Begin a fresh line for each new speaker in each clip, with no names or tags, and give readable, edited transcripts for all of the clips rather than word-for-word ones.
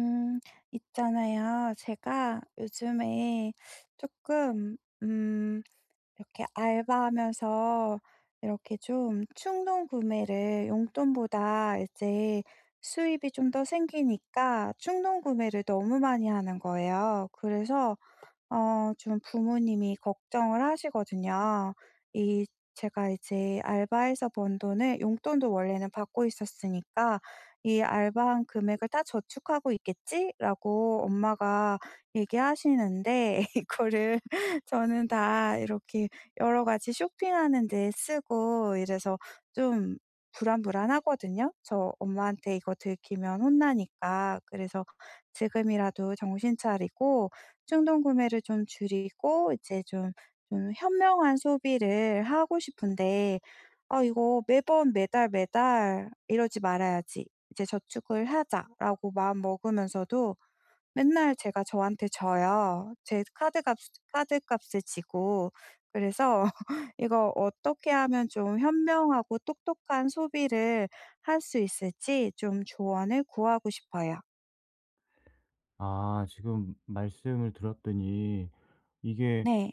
음, 있잖아요. 제가 요즘에 조금, 음, 이렇게 알바하면서 이렇게 좀 충동 구매를 용돈보다 이제 수입이 좀 더 생기니까 충동 구매를 너무 많이 하는 거예요. 그래서 좀 부모님이 걱정을 하시거든요. 이 제가 이제 알바해서 번 돈을 용돈도 원래는 받고 있었으니까 '이 알바한 금액을 다 저축하고 있겠지?'라고 엄마가 얘기하시는데 이거를 저는 다 이렇게 여러 가지 쇼핑하는 데 쓰고 이래서 좀 불안불안하거든요. 저 엄마한테 이거 들키면 혼나니까. 그래서 지금이라도 정신 차리고 충동 구매를 좀 줄이고 이제 좀 현명한 소비를 하고 싶은데 '아 이거 매번 매달 매달 이러지 말아야지. 이제 저축을 하자.'라고 마음먹으면서도 맨날 제가 저한테 져요. 제 카드값 카드값을 지고. 그래서 이거 어떻게 하면 좀 현명하고 똑똑한 소비를 할 수 있을지 좀 조언을 구하고 싶어요.
아, 지금 말씀을 들었더니 이게
네.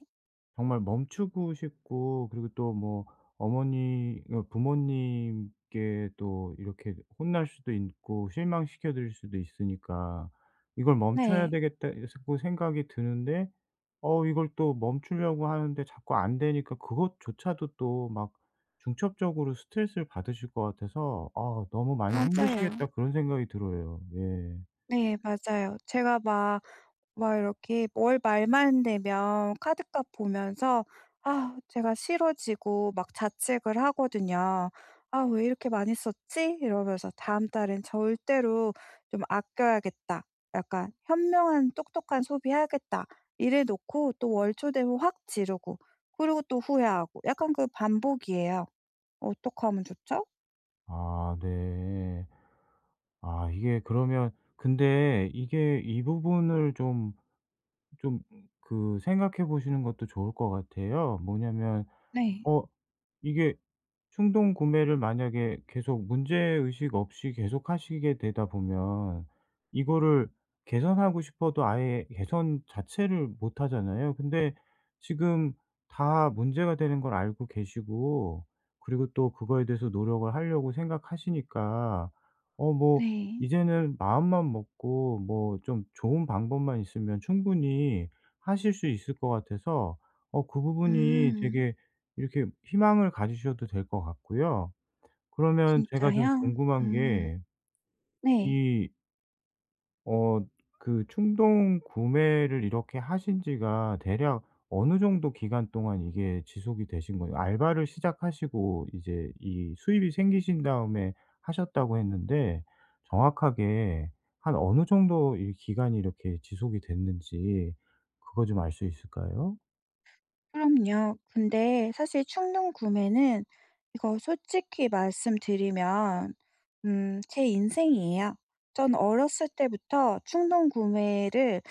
정말 멈추고 싶고, 그리고 또 뭐 어머니 어 부모님께 또 이렇게 혼날 수도 있고 실망시켜 드릴 수도 있으니까 '이걸 멈춰야
네.
되겠다.' 자꾸 생각이 드는데, 이걸 또 멈추려고 하는데 자꾸 안 되니까 그것조차도 또 막 중첩적으로 스트레스를 받으실 것 같아서 '아, 너무 많이 힘드시겠다.'
맞아요.
그런 생각이 들어요. 예.
네 맞아요. 제가 막 이렇게 월 말만 되면 카드값 보면서 아 제가 싫어지고 막 자책을 하거든요. '아 왜 이렇게 많이 썼지?' 이러면서 '다음 달엔 절대로 좀 아껴야겠다. 약간 현명한 똑똑한 소비해야겠다.' 이래 놓고 또 월초 되면 확 지르고 그리고 또 후회하고 약간 그 반복이에요. 어떻게 하면 좋죠?
아, 네. 아, 이게 그러면, 근데 이게 이 부분을 좀 그 생각해 보시는 것도 좋을 것 같아요. 뭐냐면
네.
어 이게 충동 구매를 만약에 계속 문제 의식 없이 계속 하시게 되다 보면 이거를 개선하고 싶어도 아예 개선 자체를 못 하잖아요. 근데 지금 다 문제가 되는 걸 알고 계시고, 그리고 또 그거에 대해서 노력을 하려고 생각하시니까, 어 뭐
네.
이제는 마음만 먹고 뭐 좀 좋은 방법만 있으면 충분히 하실 수 있을 것 같아서, 그 부분이
음.
되게 이렇게 희망을 가지셔도 될 것 같고요. 그러면 제가 좀
진짜요?
궁금한
음.
게,
네.
이 어 그 충동 구매를 이렇게 하신 지가 대략 어느 정도 기간 동안 이게 지속이 되신 거예요? 알바를 시작하시고 이제 이 수입이 생기신 다음에 하셨다고 했는데, 정확하게 한 어느 정도 이 기간이 이렇게 지속이 됐는지 그거 좀 알 수 있을까요?
그럼요. 근데 사실 충동 구매는 이거 솔직히 말씀드리면 제 인생이에요. 전 어렸을 때부터 충동 구매를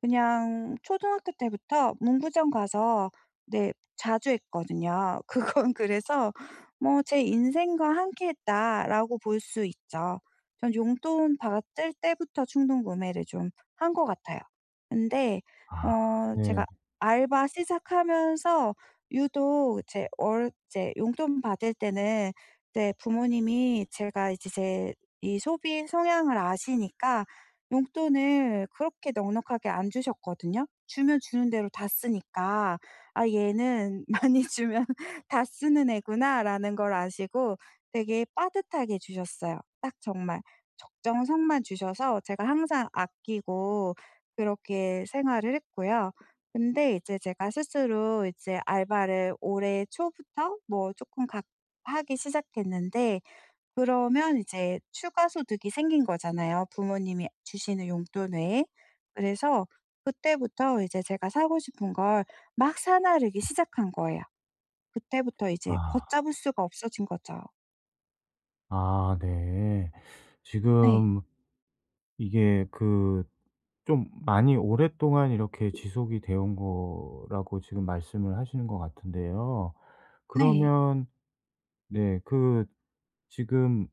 그냥 초등학교 때부터 문구점 가서 네 자주 했거든요. 그건 그래서 뭐 '제 인생과 함께했다.'라고 볼 수 있죠. 전 용돈 받을 때부터 충동 구매를 좀 한 것 같아요. 근데
아, 네.
제가 알바 시작하면서 유독 제 월 이제 용돈 받을 때는 네 부모님이 제가 이제 제 이 소비 성향을 아시니까 용돈을 그렇게 넉넉하게 안 주셨거든요. 주면 주는 대로 다 쓰니까 '아 얘는 많이 주면 다 쓰는 애구나.'라는 걸 아시고 되게 빠듯하게 주셨어요. 딱 정말 적정성만 주셔서 제가 항상 아끼고 그렇게 생활을 했고요. 근데 이제 제가 스스로 이제 알바를 올해 초부터 뭐 쪼끔 각 하기 시작했는데 그러면 이제 추가 소득이 생긴 거잖아요, 부모님이 주시는 용돈 외에. 그래서 그때부터 이제 제가 사고 싶은 걸 막 사나르기 시작한 거예요. 그때부터 이제
아.
걷잡을 수가 없어진 거죠.
아, 네.
네.
지금 이게 그 좀 많이 오랫동안 이렇게 지속이 되어 온 거라고 지금 말씀을 하시는 것 같은데요.
네.
그러면 네, 그 지금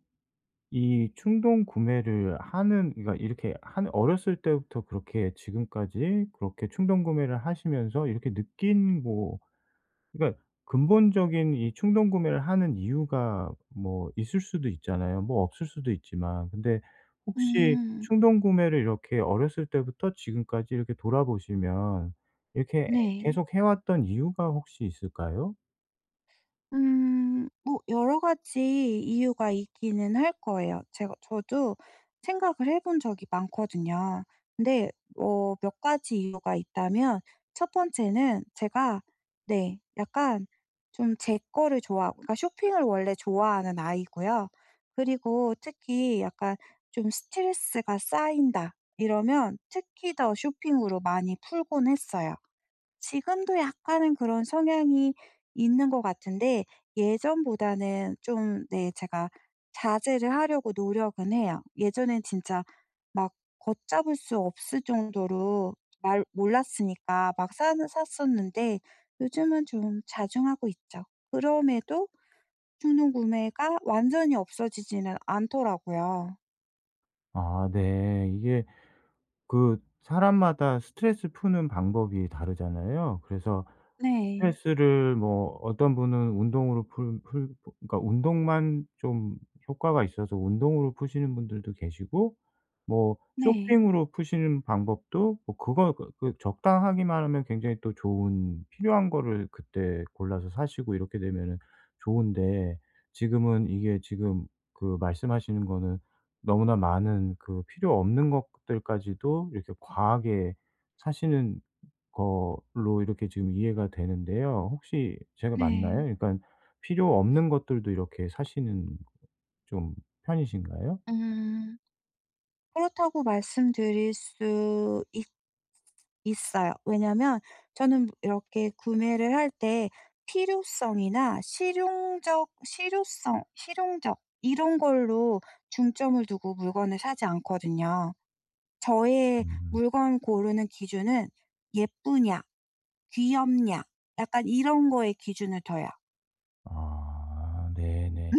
이 충동 구매를 하는, 그러니까 이렇게 한 어렸을 때부터 그렇게 지금까지 그렇게 충동 구매를 하시면서 이렇게 느낀 뭐, 그러니까 근본적인 이 충동 구매를 하는 이유가 뭐 있을 수도 있잖아요. 뭐 없을 수도 있지만. 근데 혹시
음.
충동 구매를 이렇게 어렸을 때부터 지금까지 이렇게 돌아보시면 이렇게
네.
계속 해 왔던 이유가 혹시 있을까요?
뭐 여러 가지 이유가 있기는 할 거예요. 제가 저도 생각을 해본 적이 많거든요. 근데 몇 가지 이유가 있다면 첫 번째는 제가 네 약간 좀 제 거를 좋아하고 그러니까 쇼핑을 원래 좋아하는 아이고요. 그리고 특히 약간 좀 '스트레스가 쌓인다.' 이러면 특히 더 쇼핑으로 많이 풀곤 했어요. 지금도 약간은 그런 성향이 있는 것 같은데 예전보다는 좀 네 제가 자제를 하려고 노력은 해요. 예전엔 진짜 막 걷잡을 수 없을 정도로 말 몰랐으니까 막 사는 샀었는데 요즘은 좀 자중하고 있죠. 그럼에도 충동 구매가 완전히 없어지지는 않더라고요.
아, 네. 이게 그 사람마다 스트레스 푸는 방법이 다르잖아요. 그래서
네.
스트레스를 뭐 어떤 분은 운동으로 그러니까 운동만 좀 효과가 있어서 운동으로 푸시는 분들도 계시고, 뭐
네.
쇼핑으로 푸시는 방법도 뭐 그거 그 적당하기만 하면 굉장히 또 좋은 필요한 거를 그때 골라서 사시고 이렇게 되면은 좋은데, 지금은 이게 지금 그 말씀하시는 거는 너무나 많은 그 필요 없는 것들까지도 이렇게 과하게 사시는 거로 이렇게 지금 이해가 되는데요. 혹시 제가
네.
맞나요? 그러니까 필요 없는 것들도 이렇게 사시는 좀 편이신가요?
음. 그렇다고 말씀드릴 수 있 있어요. 왜냐면 저는 이렇게 구매를 할 때 필요성이나 실용적 이런 걸로 중점을 두고 물건을 사지 않거든요. 저의
음.
물건 고르는 기준은 예쁘냐, 귀엽냐 약간 이런 거에 기준을 둬요.
아, 네네.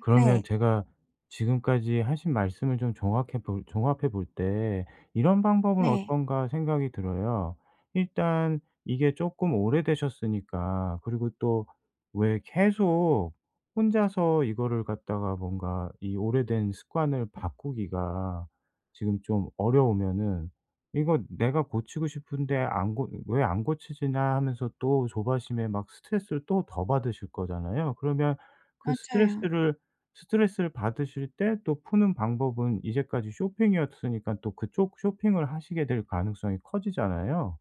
그러면
네.
제가 지금까지 하신 말씀을 좀 종합해 볼 때 '이런 방법은
네.
어떤가.' 생각이 들어요. 일단 이게 조금 오래되셨으니까, 그리고 또 왜 계속 혼자서 이거를 갖다가 뭔가 이 오래된 습관을 바꾸기가 지금 좀 어려우면은 이거 '내가 고치고 싶은데 안 고 왜 안 고치지나.' 하면서 또 조바심에 막 스트레스를 또 더 받으실 거잖아요. 그러면 그
맞아요.
스트레스를 받으실 때 또 푸는 방법은 이제까지 쇼핑이었으니까 또 그쪽 쇼핑을 하시게 될 가능성이 커지잖아요.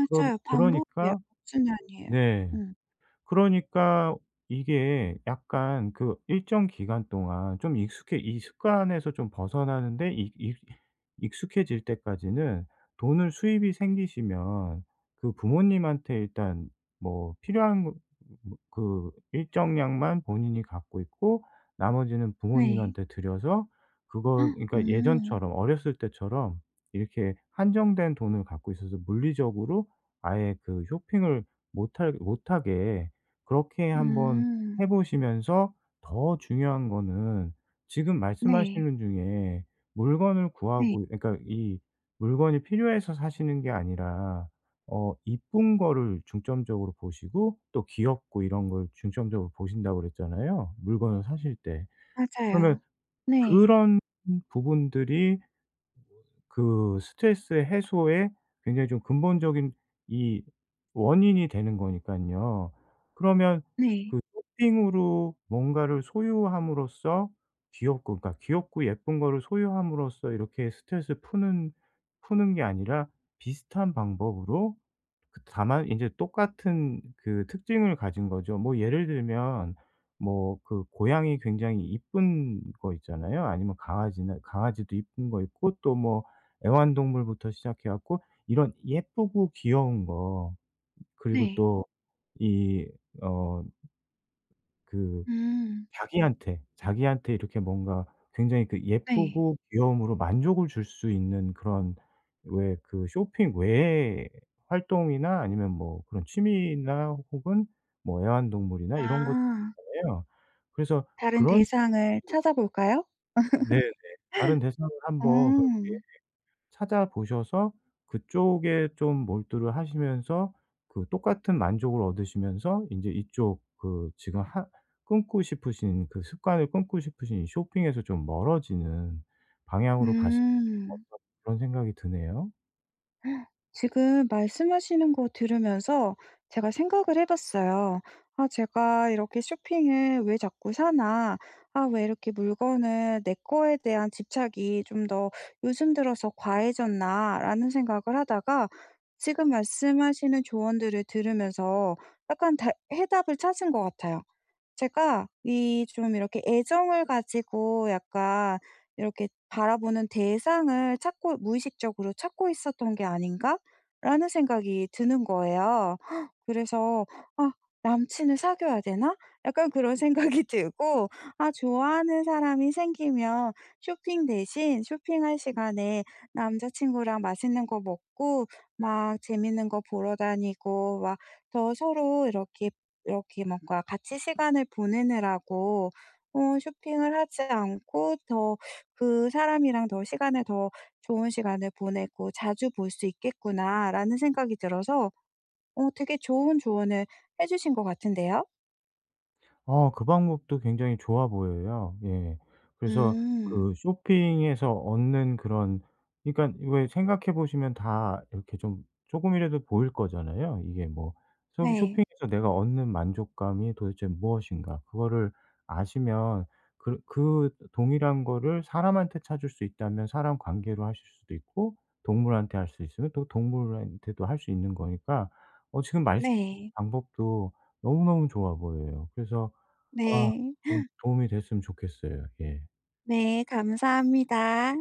그러
반복이에요.
그러니까
악순환이에요.
네.
음.
그러니까 이게 약간 그 일정 기간 동안 좀 익숙해 이 습관에서 좀 벗어나는데 익 익 익숙해질 때까지는 돈을 수입이 생기시면 그 부모님한테 일단 뭐 필요한 거 뭐 그 일정량만 본인이 갖고 있고 나머지는
네.
부모님한테 드려서, 그거
헉,
그러니까 예전처럼 어렸을 때처럼 이렇게 한정된 돈을 갖고 있어서 물리적으로 아예 그 쇼핑을 못할 못하게 그렇게 한번 해
음.
보시면서, 더 중요한 거는 지금
네.
말씀하시는 중에 물건을
네.
구하고 그러니까 이 물건이 필요해서 사시는 게 아니라 이쁜 거를 중점적으로 보시고 또 귀엽고 이런 걸 중점적으로 보신다고 그랬잖아요 물건을 사실 때. 그러면
맞아요. 네.
그런 부분들이 그 스트레스 해소에 굉장히 좀 근본적인 이 원인이 되는 거니깐요. 그러면
네.
그 쇼핑으로 뭔가를 소유함으로써 귀엽고 예쁜 거를 소유함으로써 이렇게 스트레스를 푸는 게 아니라 비슷한 방법으로, 그 다만 인제 똑같은 그 특징을 가진 거죠. 뭐 예를 들면 뭐 그 고양이 굉장히 이쁜 거 있잖아요. 아니면 강아지나 강아지도 이쁜 거 있고 또 뭐 애완동물부터 시작해 갖고 이런 예쁘고 귀여운 거, 그리고
네.
또이어그
음.
자기한테 이렇게 뭔가 굉장히 그
네.
예쁘고 귀여움으로 만족을 줄 수 있는 그런, 왜 그 쇼핑 외의 활동이나 아니면 뭐 그런 취미나 혹은 뭐 애완동물이나 이런 것
아.
있잖아요. 그래서
다른
그런,
대상을 찾아볼까요?
네네. 다른 대상을 한번 그렇게
어.
찾아보셔서 그쪽에 좀 몰두를 하시면서 그 똑같은 만족을 얻으시면서 인제 이쪽 그 지금 하 끊고 싶으신 그 습관을 끊고 싶으신 이 쇼핑에서 좀 멀어지는 방향으로 가시는,
음.
어떨 그런 생각이 드네요.
지금 말씀하시는 거 들으면서 제가 생각을 해 봤어요. '아 제가 이렇게 쇼핑을 왜 자꾸 사나? 아 왜 이렇게 물건을 내 거에 대한 집착이 좀 더 요즘 들어서 과해졌나?'라는 생각을 하다가 지금 말씀하시는 조언들을 들으면서 약간 다 해답을 찾은 것 같아요. 제가 이 좀 이렇게 애정을 가지고 약간 이렇게 바라보는 대상을 찾고 무의식적으로 찾고 있었던 게 아닌가라는 생각이 드는 거예요. 그래서 '아 남친을 사귀어야 되나?' 약간 그런 생각이 들고 '아 좋아하는 사람이 생기면 쇼핑 대신 쇼핑할 시간에 남자친구랑 맛있는 거 먹고 막 재밌는 거 보러 다니고 막 더 서로 이렇게 뭔가 같이 시간을 보내느라고 쇼핑을 하지 않고 더 그 사람이랑 더 좋은 시간을 보내고 자주 볼 수 있겠구나라는 생각이 들어서 어 되게 좋은 조언을 해 주신 것 같은데요.
어, 그 방법도 굉장히 좋아 보여요. 예. 그래서
음.
그 쇼핑에서 얻는 그런, 그러니까 왜 생각해 보시면 다 이렇게 좀 조금이라도 보일 거잖아요. 이게 뭐
네.
쇼핑에서 내가 얻는 만족감이 도대체 무엇인가. 그거를 아시면 그 동일한 거를 사람한테 찾을 수 있다면 사람 관계로 하실 수도 있고, 동물한테 할 수 있으면 또 동물한테도 할 수 있는 거니까. 지금 말씀
네.
방법도 너무너무 좋아 보여요. 그래서 아,
네.
좀 도움이 됐으면 좋겠어요. 예.
네. 감사합니다.